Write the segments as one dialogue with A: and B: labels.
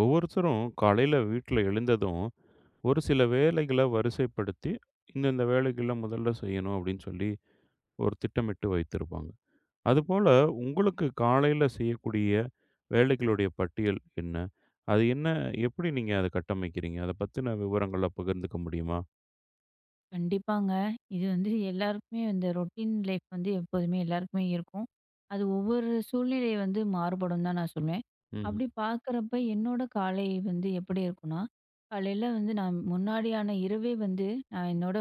A: ஒவ்வொருத்தரும் காலையில் வீட்டில் எழுந்ததும் ஒரு சில வேலைகளை வரிசைப்படுத்தி இந்தந்த வேலைகளை முதல்ல செய்யணும் அப்படின்னு சொல்லி ஒரு திட்டமிட்டு வைத்திருப்பாங்க. அதுபோல் உங்களுக்கு காலையில் செய்யக்கூடிய வேலைகளுடைய பட்டியல் என்ன? அது என்ன? எப்படி நீங்கள் அதை கட்டமைக்கிறீங்க? அதை பற்றின விவரங்களை பகிர்ந்துக்க முடியுமா?
B: கண்டிப்பாங்க. இது வந்து எல்லாருக்குமே இந்த ரொட்டீன் லைஃப் வந்து எப்போதுமே எல்லாருக்குமே இருக்கும். அது ஒவ்வொரு சூழ்நிலை வந்து மாறுபடும் தான் நான் சொல்வேன்.
A: ம்.
B: அப்படி பார்க்குறப்ப என்னோட காலை வந்து எப்படி இருக்கும்னா, காலையில வந்து நான் முன்னாடியான இரவே வந்து நான் என்னோட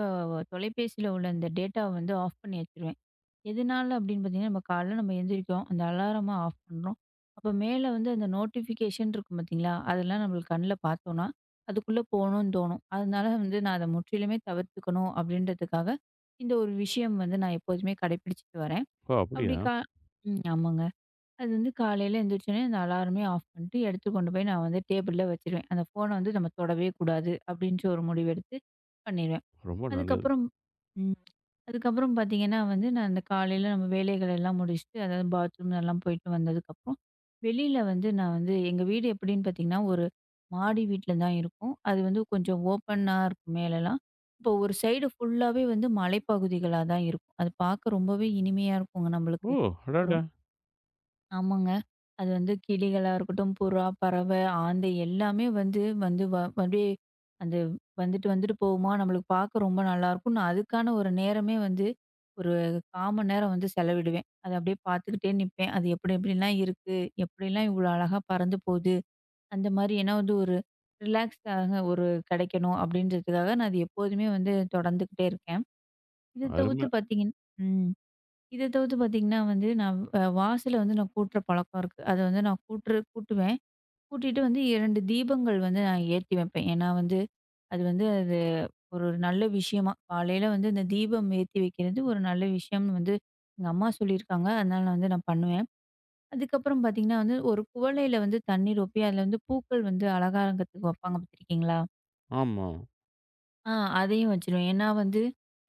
B: தொலைபேசியில உள்ள இந்த டேட்டாவ வந்து ஆஃப் பண்ணி வச்சுருவேன். எதனால அப்படின்னு பார்த்தீங்கன்னா, நம்ம காலைல நம்ம எந்திரிக்கிறோம். அந்த அலாரமா ஆஃப் பண்றோம். அப்போ மேல வந்து அந்த நோட்டிஃபிகேஷன் இருக்கும் பார்த்தீங்களா? அதெல்லாம் நம்மளுக்கு கண்ல பார்த்தோன்னா, அதுக்குள்ள போணும்னு தோணும். அதனால வந்து நான் அத முற்றிலுமே தவிர்த்துக்கணும் அப்படின்றதுக்காக, இந்த ஒரு விஷயம் வந்து நான் எப்போதுமே கடைப்பிடிச்சுட்டு வரேன்.
A: ஓ,
B: அப்படி
A: அப்படியா?
B: கா ஆமாங்க. அது வந்து காலையில எந்திரிச்சோனே அந்த அலாரமே ஆஃப் பண்ணிட்டு எடுத்து கொண்டு போய் நான் வந்து டேபிள்ல வச்சுருவேன். அந்த ஃபோன வந்து நம்ம தொடவே கூடாது அப்படின்ற ஒரு முடிவெடுத்து பண்ணிருவேன்.
A: ரொம்ப நல்லது.
B: அதுக்கப்புறம் ம். அதுக்கப்புறம் பார்த்தீங்கன்னா வந்து, நான் அந்த காலையில நம்ம வேலைகள் எல்லாம் முடிச்சுட்டு, அதாவது பாத்ரூம் எல்லாம் போயிட்டு வந்ததுக்கப்புறம், வெளியில வந்து நான் வந்து எங்க வீடு எப்படின்னு பார்த்தீங்கன்னா, ஒரு மாடி வீட்ல தான் இருக்கும். அது வந்து கொஞ்சம் ஓப்பனா இருக்கும் மேலலாம். இப்போ ஒரு சைடு ஃபுல்லாவே வந்து மலைப்பகுதிகளா தான் இருக்கும். அது பார்க்க ரொம்பவே இனிமையா இருக்குங்க நம்மளுக்கு.
A: ஓ.
B: ஒரு
A: அடாடா.
B: ஆமாங்க. அது வந்து கிளிகளா இருக்கட்டும், புறா, பறவை, ஆந்தை எல்லாமே வந்து வந்து வ அப்படியே அந்த வந்துட்டு வந்துட்டு போகுமா, நம்மளுக்கு பார்க்க ரொம்ப நல்லாயிருக்கும். நான் அதுக்கான ஒரு நேரமே வந்து ஒரு 1/4 மணி நேரம் வந்து செலவிடுவேன். அத அப்படியே பார்த்துக்கிட்டே நிப்பேன். அது எப்படி எப்படிலாம் இருக்கு? எப்படிலாம் இவ்வளோ அழகா பறந்து போகுது? அந்த மாரி ஏன்னா வந்து ஒரு ரிலாக்ஸ்க்காக ஒரு கிடைக்கணும் அப்படின்றதுக்காக நான் அது எப்போதுமே வந்து தொடர்ந்துகிட்டே இருக்கேன். இத
A: அருமை.
B: தவிர்த்து பார்த்தீங்கன்னா ம். இத தவிர்த்து பார்த்தீங்கன்னா வந்து, நான் வாசல வந்து நான் கூட்டுற பழக்கம் இருக்கு. அத வந்து நான் கூட்டுவேன். கூட்டிட்டு வந்து 2 தீபங்கள் வந்து நான் ஏத்தி வைப்பேன். ஏன்னா வந்து, அது வந்து அது ஒரு ஒரு நல்ல விஷயமா காலையில வந்து இந்த தீபம் ஏத்தி வைக்கிறது ஒரு நல்ல விஷயம்னு வந்து எங்க அம்மா சொல்லியிருக்காங்க. அதனால நான் பண்ணுவேன். அதுக்கப்புறம் பார்த்தீங்கன்னா வந்து, ஒரு குவளையில வந்து தண்ணீர் ஊத்தி அதில வந்து பூக்கள் வந்து அலங்காரத்துக்கு வைப்பாங்க பார்த்துருக்கீங்களா?
A: ஆமாம்.
B: ஆ, அதையும் வச்சுருவேன். ஏன்னா வந்து,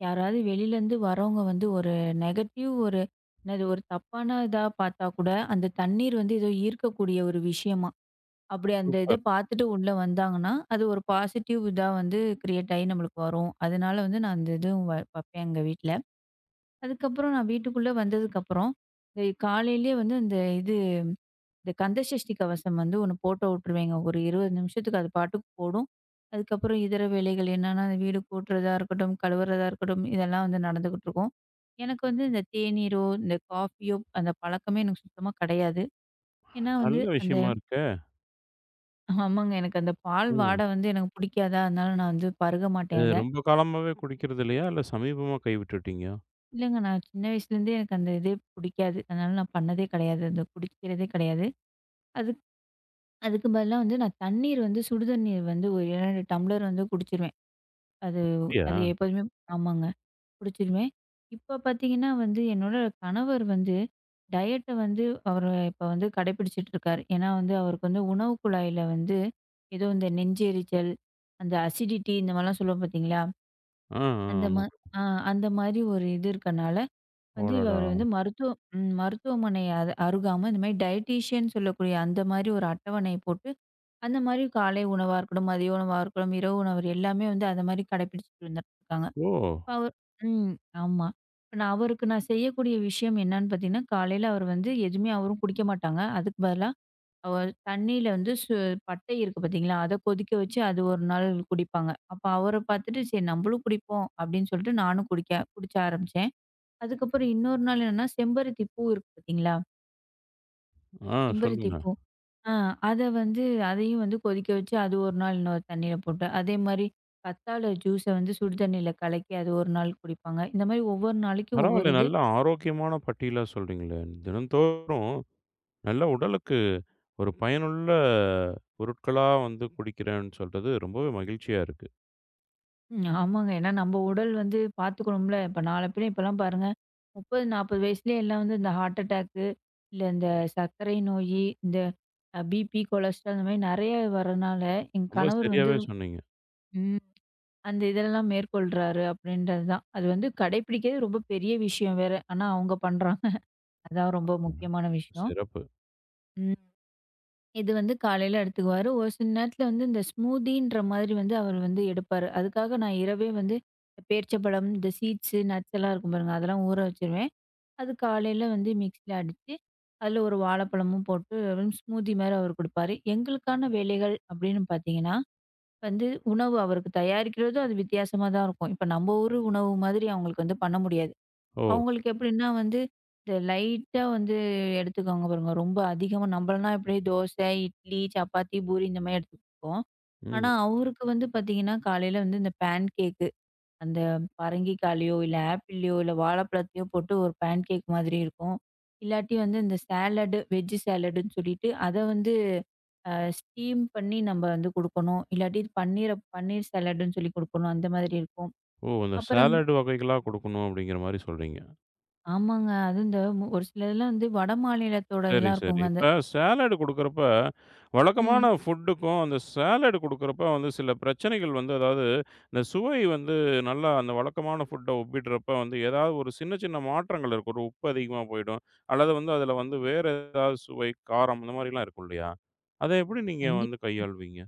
B: யாராவது வெளிலருந்து வரவங்க வந்து ஒரு நெகட்டிவ் ஒரு என்னது ஒரு தப்பான இதா பார்த்தா கூட, அந்த தண்ணீர் வந்து ஏதோ ஈர்க்கக்கூடிய ஒரு விஷயமா. அப்படி அந்த இத
A: சூப்பர்.
B: பார்த்துட்டு உள்ள வந்தாங்கன்னா, அது ஒரு பாசிட்டிவ் இதா வந்து கிரியேட் ஆயி நம்மளுக்கு வரும். அதனால வந்து நான் அந்த இதுவும் வப்பேன் எங்க வீட்ல. அதுக்கப்புறம் நான் வீட்டுக்குள்ள வந்ததுக்கப்புறம், இந்த காலையிலேயே வந்து அந்த இது இந்த கந்தசஷ்டி கவசம் வந்து ஒண்ணு போட்டு விட்டுருவேங்க. ஒரு 20 நிமிஷத்துக்கு அது பாட்டுக்கு ஓடும். அதுக்கப்புறம் இதர வேலைகள் என்னன்னா, அந்த வீடு கூட்டுறதா இருக்கட்டும், கழுவுறதா இருக்கட்டும், இதெல்லாம் வந்து நடந்துகிட்டு இருக்கும். எனக்கு வந்து இந்த தேநீரோ, இந்த காஃபியோ அந்த பழக்கமே எனக்கு சுத்தமா கிடையாது. ஏன்னா வந்து
A: நல்ல
B: அந்த
A: விஷயமா இருக்க.
B: ஆமாங்க. எனக்கு அந்த பால்
A: ம்.
B: வாடை வந்து எனக்கு பிடிக்காதா, அதனால நான் வந்து பருக
A: இது
B: மாட்டேன் அத.
A: ரொம்ப காலமாகவே குடிக்கிறது இல்லையா, இல்லை சமீபமாக கைவிட்டுட்டீங்க?
B: இல்லங்க, நான் சின்ன வயசுலேருந்தே எனக்கு அந்த இதே பிடிக்காது. அதனால நான் பண்ணதே கிடையாது. அந்த குடிக்கிறதே கிடையாது. அதுக் அதுக்கு பதிலா வந்து நான் தண்ணீர் வந்து சுடுதண்ணீர் வந்து ஒரு 2 டம்ளர் வந்து குடிச்சிருவேன். அது
A: அப்படியா?
B: அது எப்போதுமே ஆமாங்க. பிடிச்சிருவேன். இப்ப பார்த்தீங்கன்னா வந்து, என்னோட கணவர் வந்து டயட்ட வந்து அவரு இப்ப வந்து கடைபிடிச்சுட்டு இருக்காரு. ஏன்னா வந்து அவருக்கு வந்து உணவு குழாயில வந்து ஏதோ இந்த நெஞ்செரிச்சல், அந்த அசிடிட்டி இந்த மாரிலாம் சொல்லுவோம் பார்த்தீங்களா?
A: ஆ, ஆ,
B: அந்த
A: ஆமா.
B: மா ஆ அந்த மாரி ஒரு இது இருக்கனால வந்து
A: அடடா!
B: இவரு வந்து மருத்துவமனை அது அருகாம இந்த மாரி டயட்டீஷியன் சொல்லக்கூடிய அந்த மாரி ஒரு அட்டவணை போட்டு, அந்த மாரி காலை உணவா இருக்கட்டும், மதிய உணவா இருக்கட்டும், இரவு உணவு எல்லாமே வந்து அந்த மாரி கடைபிடிச்சுட்டு வந்துட்டுருக்காங்க.
A: ஓ!
B: அவர் ம். ஆமா. இப்ப நான் செய்யக்கூடிய விஷயம் என்னன்னு பார்த்தீங்கன்னா, காலையில அவர் வந்து எதுவுமே அவரும் குடிக்க மாட்டாங்க. அதுக்கு பதிலா அவர் தண்ணீல வந்து பட்டை இருக்கு பார்த்தீங்களா, அத கொதிக்க வச்சு அது ஒரு நாள் குடிப்பாங்க. அப்ப அவர பார்த்துட்டு, "சரி நம்மளும் குடிப்போம்." அப்படின்னு சொல்லிட்டு நானும் ஆரம்பிச்சேன். அதுக்கப்புறம் இன்னொரு நாள் என்னன்னா, செம்பருத்தி பூ இருக்கு பார்த்தீங்களா,
A: ஆ,
B: செம்பருத்தி
A: சொல்லுங்க.
B: பூ. ஆ, அத வந்து அதையும் வந்து கொதிக்க வச்சு, அது ஒரு நாள் இன்னொரு தண்ணீல போட்டு, அதே மாரி கத்தாழை ஜூஸ வந்து சுடு தண்ணீல கலக்கி அது ஒரு நாள் குடிப்பாங்க. இந்த மாரி ஒவ்வொரு நாளைக்கும்
A: பரவாயில்ல.
B: ஒவ்வொரு இது.
A: நல்ல ஆரோக்கியமான பட்டியலா சொல்றீங்களே! தினந்தோறும் நல்ல உடலுக்கு ஒரு பயனுள்ள பொருட்களா வந்து குடிக்கிறேன்னு சொல்றது ரொம்பவே மகிழ்ச்சியா இருக்கு.
B: ஆமாங்க. ஏன்னா நம்ம உடல் வந்து பார்த்துக்கணும்ல. இப்ப நாள பின்ன இப்பலாம் பாருங்க, 30, 40 வயசுலயே எல்லாம் வந்து இந்த ஹார்ட் அட்டாக்கு, இல்ல இந்த சர்க்கரை நோயி, இந்த பிபி, கொலஸ்ட்ரால் இந்த மாரி நெறைய வரனால, என்
A: ரொம்ப
B: கணவர் வந்து
A: சரியாவே சொன்னீங்க.
B: ம். அந்த இதெல்லாம் மேற்கொள்றாரு அப்படின்றது தான். அது வந்து கடைப்பிடிக்கிறது ரொம்ப பெரிய விஷயம் வேற. ஆனா அவங்க பண்றாங்க. அதான் ரொம்ப
A: ம்.
B: முக்கியமான விஷயம்.
A: சிறப்பு.
B: ம். இது வந்து காலையில எடுத்துக்குவாரு. ஒரு சில நேரத்தில வந்து இந்த ஸ்மூதின்ற மாதிரி வந்து அவர் வந்து எடுப்பாரு. அதுக்காக நான் இரவே வந்து பேரிச்சம்பழம், இந்த சீட்ஸு, நட்ஸ் எல்லாம் இருக்கும் பாருங்க, அதெல்லாம் ஊற வச்சுருவேன். அது காலையில வந்து மிக்ஸில அடிச்சு, அதில ஒரு வாழைப்பழமும் போட்டு ஸ்மூதி மாரி அவரு குடுப்பாரு. எங்களுக்கான வேலைகள் அப்படின்னு பார்த்தீங்கன்னா, வந்து உணவு அவருக்கு தயாரிக்கிறதும் அது வித்தியாசமா தான் இருக்கும். இப்ப நம்ம ஊரு உணவு மாதிரி அவங்களுக்கு வந்து பண்ண முடியாது.
A: ஓ!
B: அவங்களுக்கு எப்படின்னா வந்து, இந்த லைட்டா வந்து எடுத்துக்குவாங்க பாருங்க. ரொம்ப அதிகமா நம்மளலாம் எப்படியே தோசை, இட்லி, சப்பாத்தி, பூரி இந்த மாரி எடுத்துப்போம்.
A: ம்.
B: ஆனா, அவருக்கு வந்து பார்த்தீங்கன்னா, காலையில வந்து இந்த பேன் கேக்கு, அந்த பரங்கிக்காய்லயோ, இல்ல ஆப்பிள்லயோ, இல்ல வாழைப்பழத்தையோ போட்டு ஒரு பேன் கேக் மாதிரி இருக்கும். இல்லாட்டி வந்து இந்த சாலடு, வெஜ் சாலடுன்னு சொல்லிட்டு, அத வந்து அ ஸ்டீம் பண்ணி நம்ம வந்து குடுக்கணும். இல்லாட்டி பன்னீர் சாலடுன்னு சொல்லி குடுக்கணும். அந்த மாதிரி இருக்கும்.
A: ஓ! அந்த
B: அப்புறம்
A: சாலட் வகைகளா குடுக்கணும் அப்பிடிங்கிறமாரி சொல்றீங்க.
B: ஆமாங்க. அதுவும் இந்த ஒரு சிலதெல்லாம் வந்து வட மாநிலத்தோட
A: சரி,
B: இதெல்லாம்
A: சரி.
B: இருக்குங்க. அந்த
A: இப்ப சாலட் குடுக்குறப்ப, வழக்கமான
B: ம்.
A: ஃபுட்டுக்கும், அந்த சாலட் குடுக்குறப்ப வந்து சில பிரச்சனைகள் வந்து, அதாவது, இந்த சுவை வந்து நல்லா அந்த வழக்கமான ஃபுட்ட ஒப்பிடுறப்ப வந்து, ஏதாவது ஒரு சின்ன சின்ன மாற்றங்கள் இருக்கும். ஒரு உப்பு அதிகமா போயிடும். அல்லது வந்து அதில வந்து வேற ஏதாவது சுவை, காரம் இந்த மாரிலாம் இருக்கும் இல்லையா? அத எப்படி நீங்க
B: கண்டி
A: வந்து கையாள்வீங்க?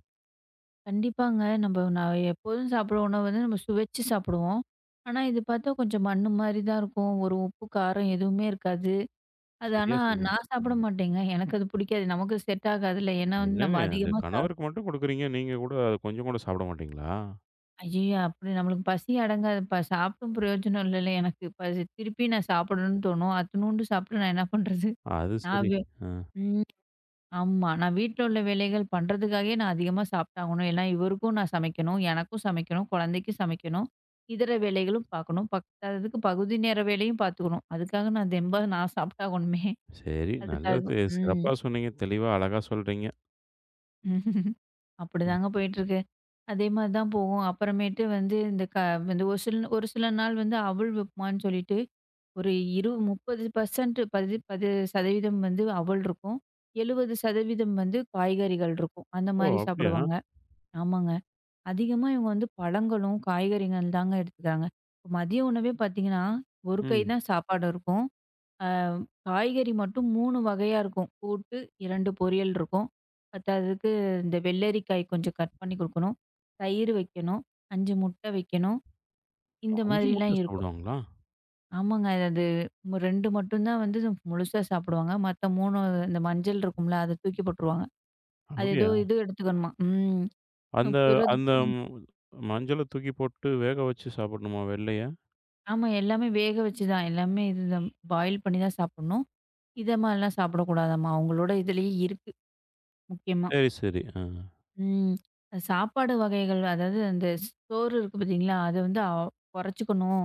B: கண்டிப்பாங்க. நம்ப நான் எப்போதும் சாப்பிடுற உணவு வந்து நம்ம சுவைச்சு சாப்பிடுவோம். ஆனா, இது பார்த்தா கொஞ்சம் மண்ணு மாரி தான் இருக்கும். ஒரு உப்பு, காரம் எதுவுமே இருக்காது. அது
A: சரியா
B: ஆனா
A: சொன்னீங்க.
B: நான் சாப்பிட மாட்டேங்க. எனக்கு அது பிடிக்காது. நமக்கு செட் ஆகாதுல்ல. ஏன்னா வந்து
A: என்னங்க
B: நம்ம
A: அது
B: அதிகமா
A: கணவருக்கு மட்டும் குடுக்குறீங்க. நீங்க கூட அத கொஞ்சம் கூட சாப்பிட மாட்டீங்களா?
B: ஐயய்யோ! அப்படி நம்மளுக்கு பசி அடங்காதுப்பா. சாப்பிட்டும் பிரயோஜனம் இல்லல எனக்கு. பசி திருப்பி நான் சாப்பிடணும்னு தோணும். அத்துணூண்டு சாப்பிட்டு நான் என்ன பண்றது?
A: அது
B: நான்
A: சரி.
B: வெ
A: ஆ.
B: ம். ஆமா. நான் வீட்ல உள்ள வேலைகள் பண்றதுக்காகவே நான் அதிகமா சாப்பிட்டாகணும். ஏன்னா, இவருக்கும் நான் சமைக்கணும், எனக்கும் சமைக்கணும், குழந்தைக்கும் சமைக்கணும். இதர வேலைகளும் பார்க்கணும். பத்தாததுக்கு பகுதி நேர வேலையும் பார்த்துக்கணும். அதுக்காக நான் தெம்பா நான் சாப்பிட்டாகணுமே!
A: சரி. நல்லா
B: அதுக்காக
A: சி
B: ம்.
A: சிறப்பா சொன்னீங்க. தெளிவா, அழகா சொல்றீங்க.
B: அப்படிதாங்க போயிட்டுருக்கு. அதே மாரி தான் போகும். அப்புறமேட்டு வந்து இந்த இந்த ஒரு சில நாள் வந்து அவல் உப்புமான்னு சொல்லிட்டு, ஒரு இரு 30% 10% வந்து அவல் இருக்கும். 70% வந்து காய்கறிகள் இருக்கும். அந்த
A: ஓ!
B: மாரி
A: அப்படியா?
B: சாப்பிடுவாங்க. ஆமாங்க. அதிகமா இவங்க வந்து பழங்களும், காய்கறிகள் தாங்க எடுத்துக்கிறாங்க. இப்ப மதிய உணவே பார்த்தீங்கன்னா, ஒரு கை
A: ம்.
B: தான் சாப்பாடு இருக்கும். அ காய்கறி மட்டும் 3 வகையா இருக்கும். கூட்டு, 2 பொரியல் இருக்கும். பத்தாததுக்கு இந்த வெள்ளரிக்காய் கொஞ்சம் கட் பண்ணி குடுக்கணும். தயிர் வைக்கணும். 5 முட்டை வைக்கணும். இந்த
A: 5 முட்ட
B: மாதிரிலாம் இருக்கும்.
A: சாப்பிடுவாங்களா?
B: ஆமாங்க. அது அது மு 2 மட்டும் தான் வந்து முழுசா சாப்பிடுவாங்க. மத்த 3 இந்த மஞ்சள் இருக்கும்ல, அத தூக்கி போட்டுருவாங்க. அது ஏதோ
A: அப்படியா?
B: இது எடுத்துக்கணுமா. ம்.
A: அந்த
B: பிறகு
A: அந்த மஞ்சள தூக்கி போட்டு வேக வச்சு சாப்பிடணுமா வெள்ளைய?
B: ஆமா. எல்லாமே வேக வச்சு தான். எல்லாமே இதுதான் பாயில் பண்ணி தான் சாப்பிடணும். இத மாரிலாம் சாப்பிடக்கூடாதாம்மா. அவங்களோட இதுலயே இருக்கு முக்கியமா.
A: சரி, சரி. ஆ.
B: ம். சாப்பாடு வகைகள் அதாவது அந்த சோறு இருக்கு பார்த்தீங்களா? அத வந்து குறைச்சுக்கணும்.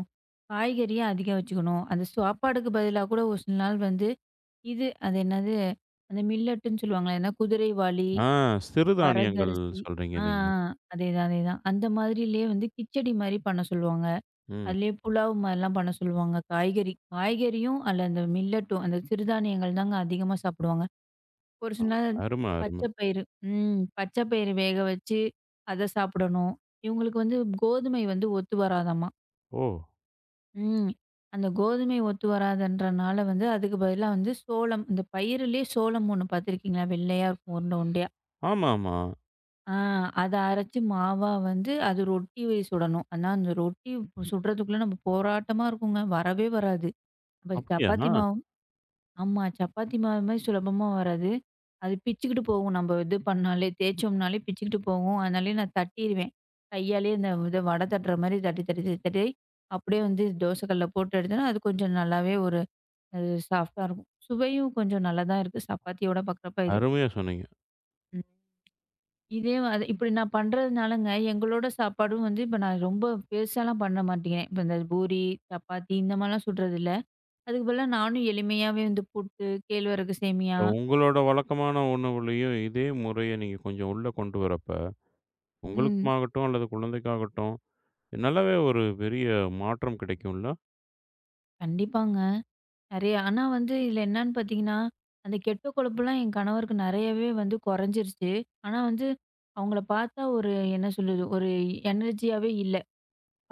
B: காய்கறிய அதிகம் வச்சுக்கணும். அந்த சாப்பாடுக்கு பதிலா கூட ஒரு சில நாள் வந்து இது அது என்னது? அந்த மில்லட்டுன்னு சொல்லுவாங்கல்ல. ஏன்னா குதிரைவாலி,
A: ஆ, சிறுதானியங்கள்
B: வரகரிசி
A: சொல்றீங்க
B: ஆ,
A: நீங்க.
B: ஆ. அதேதான், அதேதான். அந்த மாதிரிலயே வந்து கிச்சடி மாரி பண்ண சொல்லுவாங்க.
A: ம்.
B: அதிலேயே புலாவ் மாரிலாம் பண்ண சொல்லுவாங்க. காய்கறியும் அல்ல அந்த மில்லட்டும் அந்த சிறுதானியங்கள் தாங்க அதிகமா சாப்பிடுவாங்க. ஒரு
A: ஆ,
B: சில நேரம்
A: அரும, அரும.
B: பச்சை பயிறு பச்சை பயிறு வேக வச்சு அத சாப்பிடணும். இவங்களுக்கு வந்து கோதுமை வந்து ஒத்து வராதாம்மா.
A: ஓ!
B: ம். அந்த கோதுமை ஒத்து வராதுன்றனால வந்து அதுக்கு பதிலா வந்து சோளம் இந்த பயிறுலேயே சோளம் ஒண்ணு பார்த்துருக்கீங்களா? வெள்ளையா இருக்கும் உருண்ட உருண்டையா.
A: ஆமாமா.
B: ஆ, அத அரைச்சு மாவா வந்து அது ரொட்டி சுடணும். ஆனா அந்த ரொட்டி சுடுறதுக்குள்ள நம்ம போராட்டமா இருக்குங்க. வரவே வராது. அப்ப
A: அப்படியா?
B: சப்பாத்தி மாவும் ஆமா. சப்பாத்தி மாவு மாரி சுலபமா வராது. அது பிச்சுக்கிட்டு போகும். நம்ம இது பண்ணாலே தேய்ச்சோம்னாலே பிச்சுக்கிட்டு போகும். அதனாலயே நான் தட்டிருவேன். கையாலேயே இந்த இத வடை தட்டுற மாரி தட்டி, தட்டி, தட்டி, தட்டி அப்படியே வந்து தோசை கல்லுல போட்டு எடுத்தோன்னா, அது கொஞ்சம் நல்லாவே ஒரு அது சாஃப்ட்டா இருக்கும். சுவையும் கொஞ்சம் நல்லா தான் இருக்கு. சப்பாத்தியோட பார்க்குறப்ப இது.
A: அருமையா சொன்னீங்க.
B: ம். இதே அது இப்படி நான் பண்றதுனாலங்க, எங்களோட சாப்பாடும் வந்து இப்ப நான் ரொம்ப பெருசாலாம் பண்ண மாட்டேங்கிறேன். இப்ப இந்த பூரி, சப்பாத்தி இந்த மாரிலாம் சுடுறதில்ல. அதுக்கு பதிலா நானும் எளிமையாவே வந்து புட்டு, கேழ்வரகு சேமியா,
A: உங்களோட வழக்கமான உணவுலயும் இதே முறைய நீங்க கொஞ்சம் உள்ள கொண்டு வரப்ப,
B: ம்.
A: உங்களுக்குமாகட்டும் அல்லது குழந்தைக்காகட்டும், நல்லாவே ஒரு பெரிய மாற்றம் கிடைக்கும்ல?
B: கண்டிப்பாங்க. நெறைய ஆனா வந்து இதுல என்னான்னு பார்த்தீங்கன்னா, அந்த கெட்ட கொழுப்புலாம் என் கணவருக்கு நெறையவே வந்து கொறைஞ்சிருச்சு. ஆனா வந்து அவங்கள பார்த்தா ஒரு என்ன சொல்றது, ஒரு எனர்ஜியாவே இல்ல.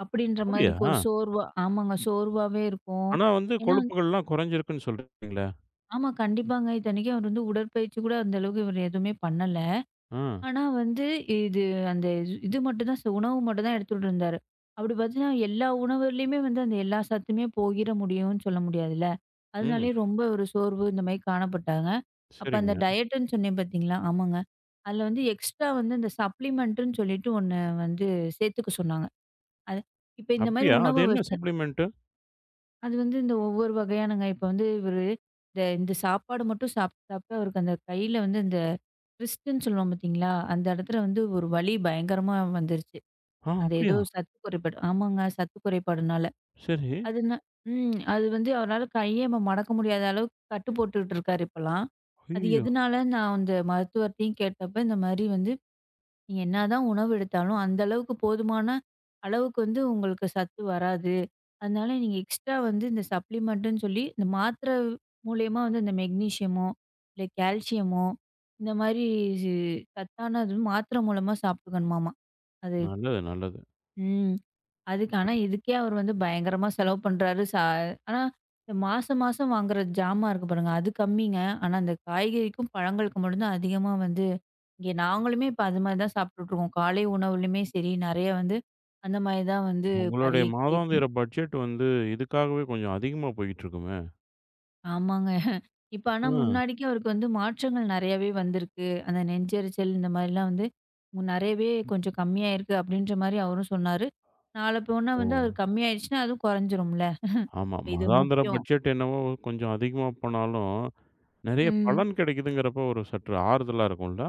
B: அப்படின்ற மாதிரி
A: அப்படியா?
B: இருக்கும். ஒரு சோர்வா ஆமாங்க. சோர்வாவே இருக்கும்.
A: ஆனா வந்து
B: ஏன்னா
A: கொழுப்புகள்லாம் குறைஞ்சிருக்குன்னு சொல்றீங்களே!
B: ஆமா கண்டிப்பாங்க. இத்தனைக்கும் அவர் வந்து உடற்பயிற்சி கூட அந்த அளவுக்கு இவர் எதுவுமே பண்ணல.
A: ஆ.
B: ஆனா வந்து, இது அந்த இது மட்டும் தான் உணவு மட்டும் தான் எடுத்துட்டு இருந்தாரு. அப்படி பார்த்தீங்கன்னா, எல்லா உணவுலயுமே வந்து அந்த எல்லா சத்துமே போகிற முடியும்னு சொல்ல முடியாதுல்ல.
A: ம்.
B: அதனாலேயே ரொம்ப ஒரு சோர்வு இந்த மாரி காணப்பட்டாங்க. அப்ப அந்த
A: சரிங்க.
B: டயட்டுன்னு சொன்னேன் பார்த்தீங்களா? ஆமாங்க. அதில வந்து எக்ஸ்ட்ரா வந்து இந்த சப்ளிமெண்ட்டுன்னு சொல்லிட்டு ஒண்ணு வந்து சேர்த்துக்க சொன்னாங்க. அது இப்ப இந்த மாரி
A: அப்படியா?
B: உணவ
A: அது என்ன
B: வச்சு
A: சப்ளிமென்ட்டு?
B: அது வந்து இந்த ஒவ்வொரு வகையானங்க. இப்ப வந்து இவரு இந்த இந்த சாப்பாடு மட்டும் சாப்பிட்டு அவருக்கு அந்த கையில வந்து இந்த ரிஸ்ட்ன்னு சொல்லுவோம் பார்த்தீங்களா? அந்த இடத்துல வந்து ஒரு வலி பயங்கரமா வந்துருச்சு.
A: ஆ,
B: அந்த ஏதோ
A: அப்படியா?
B: சத்து குறைபாடு ஆமாங்க. சத்து குறைபாடுனால.
A: சரி.
B: அதுனா ம். அது வந்து அவரால கையே இப்ப மடக்க முடியாத அளவுக்கு கட்டு போட்டுட்டு இருக்காரு இப்பலாம். அது
A: ஐயய்யோ!
B: எதுனால நான் அந்த மருத்துவர்ட்டயும் கேட்டப்ப, இந்த மாரி வந்து நீங்க என்னதான் உணவு எடுத்தாலும், அந்த அளவுக்கு போதுமான அளவுக்கு வந்து உங்களுக்கு சத்து வராது. அதனால நீங்க எக்ஸ்ட்ரா வந்து இந்த சப்ளிமெண்ட்டுன்னு சொல்லி, இந்த மாத்திரை மூலியமா வந்து இந்த மெக்னீசியமோ, இல்ல கால்சியமோ, இந்த மாரி சத்தான அது மாத்திரை மூலமா சாப்பிட்டுக்கணுமாமா. அது
A: நல்லது, நல்லது.
B: ம். அதுக்கு ஆனா இதுக்கே அவர் வந்து பயங்கரமா செலவு பண்றாரு. ஆனா இந்த மாசம் வாங்குற ஜாமான் இருக்கு பாருங்க, அது கம்மிங்க. ஆனா அந்த காய்கறிக்கும், பழங்களுக்கு மட்டும் தான் அதிகமா வந்து இங்கே நாங்களுமே இப்ப அது மாரி தான் சாப்பிட்டுட்டுருக்கோம். காலை உணவுலயுமே சரி, நெறைய வந்து அந்த மாரி தான் வந்து
A: உங்களுடைய
B: பருகிக்கிட்டே இருக்குமே.
A: மாதாந்திர பட்ஜெட் வந்து இதுக்காகவே கொஞ்சம் அதிகமா போயிட்டுருக்குமே!
B: ஆமாங்க. இப்ப
A: ஆ.
B: ஆனா முன்னாடிக்கு அவருக்கு வந்து மாற்றங்கள் நெறையாவே வந்திருக்கு. அந்த நெஞ்செரிச்சல் இந்த மாரிலாம் வந்து நெறையவே கொஞ்சம் கம்மியாயிருக்கு அப்படின்ற மாரி அவரும் சொன்னாரு. நாள போனா
A: ஓ!
B: வந்து அவர் கம்மியாயிடுச்சுன்னா அதுவும் குறைஞ்சிரும்ல.
A: ஆமா.
B: இப்ப இது
A: மாதாந்திர
B: முக்கியம்.
A: பட்ஜெட் என்னவோ கொஞ்சம் அதிகமா போனாலும், நெறைய
B: ம்.
A: பலன் கிடைக்குதுங்கிறப்போ ஒரு சற்று ஆறுதலா இருக்கும்ல?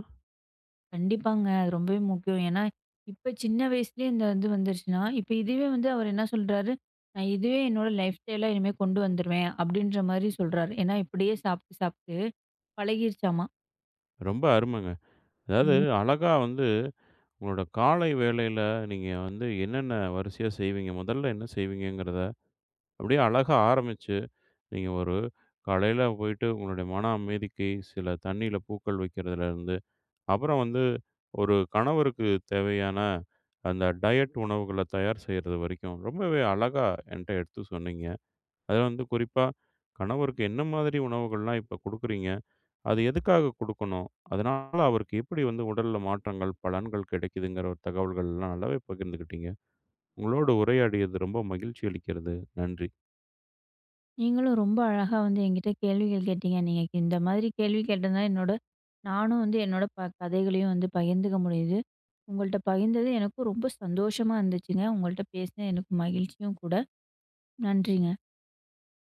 B: கண்டிப்பாங்க. அது ரொம்பவே முக்கியம். ஏன்னா, இப்ப சின்ன வயசுலயே இந்த இது வந்துருச்சுன்னா, இப்ப இதுவே வந்து அவர் என்ன சொல்றாரு, "நான் இதுவே என்னோட லைஃப் ஸ்டைலா இனிமே கொண்டு வந்துருவேன்." அப்படின்ற மாரி சொல்றாரு. ஏன்னா, இப்படியே சாப்பிட்டு சாப்பிட்டு பழகிருச்சாமா.
A: ரொம்ப அருமைங்க. அதாவது
B: ம்.
A: அழகா வந்து உங்களோட காலை வேளையில நீங்க வந்து என்னென்ன வரிசையா செய்வீங்க? முதல்ல என்ன செய்வீங்கங்கிறத, அப்படியே அழகா ஆரம்பிச்சு நீங்க ஒரு காலையில போயிட்டு உங்களுடைய மன அமைதிக்கு சில தண்ணீல பூக்கள் வைக்கிறதுலேருந்து, அப்புறம் வந்து ஒரு கணவருக்கு தேவையான அந்த டயட் உணவுகள தயார் செய்றது வரைக்கும் ரொம்பவே அழகா என்ட்ட எடுத்து சொன்னீங்க. அதுல வந்து குறிப்பா கணவருக்கு என்ன மாதிரி உணவுகள்லாம் இப்ப குடுக்குறீங்க? அது எதுக்காக குடுக்கணும்? அதனால அவருக்கு எப்படி வந்து உடல்ல மாற்றங்கள், பலன்கள் கிடைக்குதுங்கிற ஒரு தகவல்கள்லாம் நல்லாவே பகிர்ந்துக்கிட்டீங்க. உங்களோடு உரையாடியது ரொம்ப மகிழ்ச்சி அளிக்கிறது. நன்றி.
B: நீங்களும் ரொம்ப அழகா வந்து என்கிட்ட கேள்விகள் கேட்டீங்க. நீங்க இந்த மாதிரி கேள்வி கேட்டதுனால என்னோட நானும் வந்து என்னோட கதைகளையும் வந்து பகிர்ந்துக்க முடியுது. உங்கள்ட்ட பகிர்ந்தது எனக்கும் ரொம்ப சந்தோஷமா இருந்துச்சுங்க. உங்கள்ட்ட பேசினது எனக்கு மகிழ்ச்சியும் கூட. நன்றிங்க.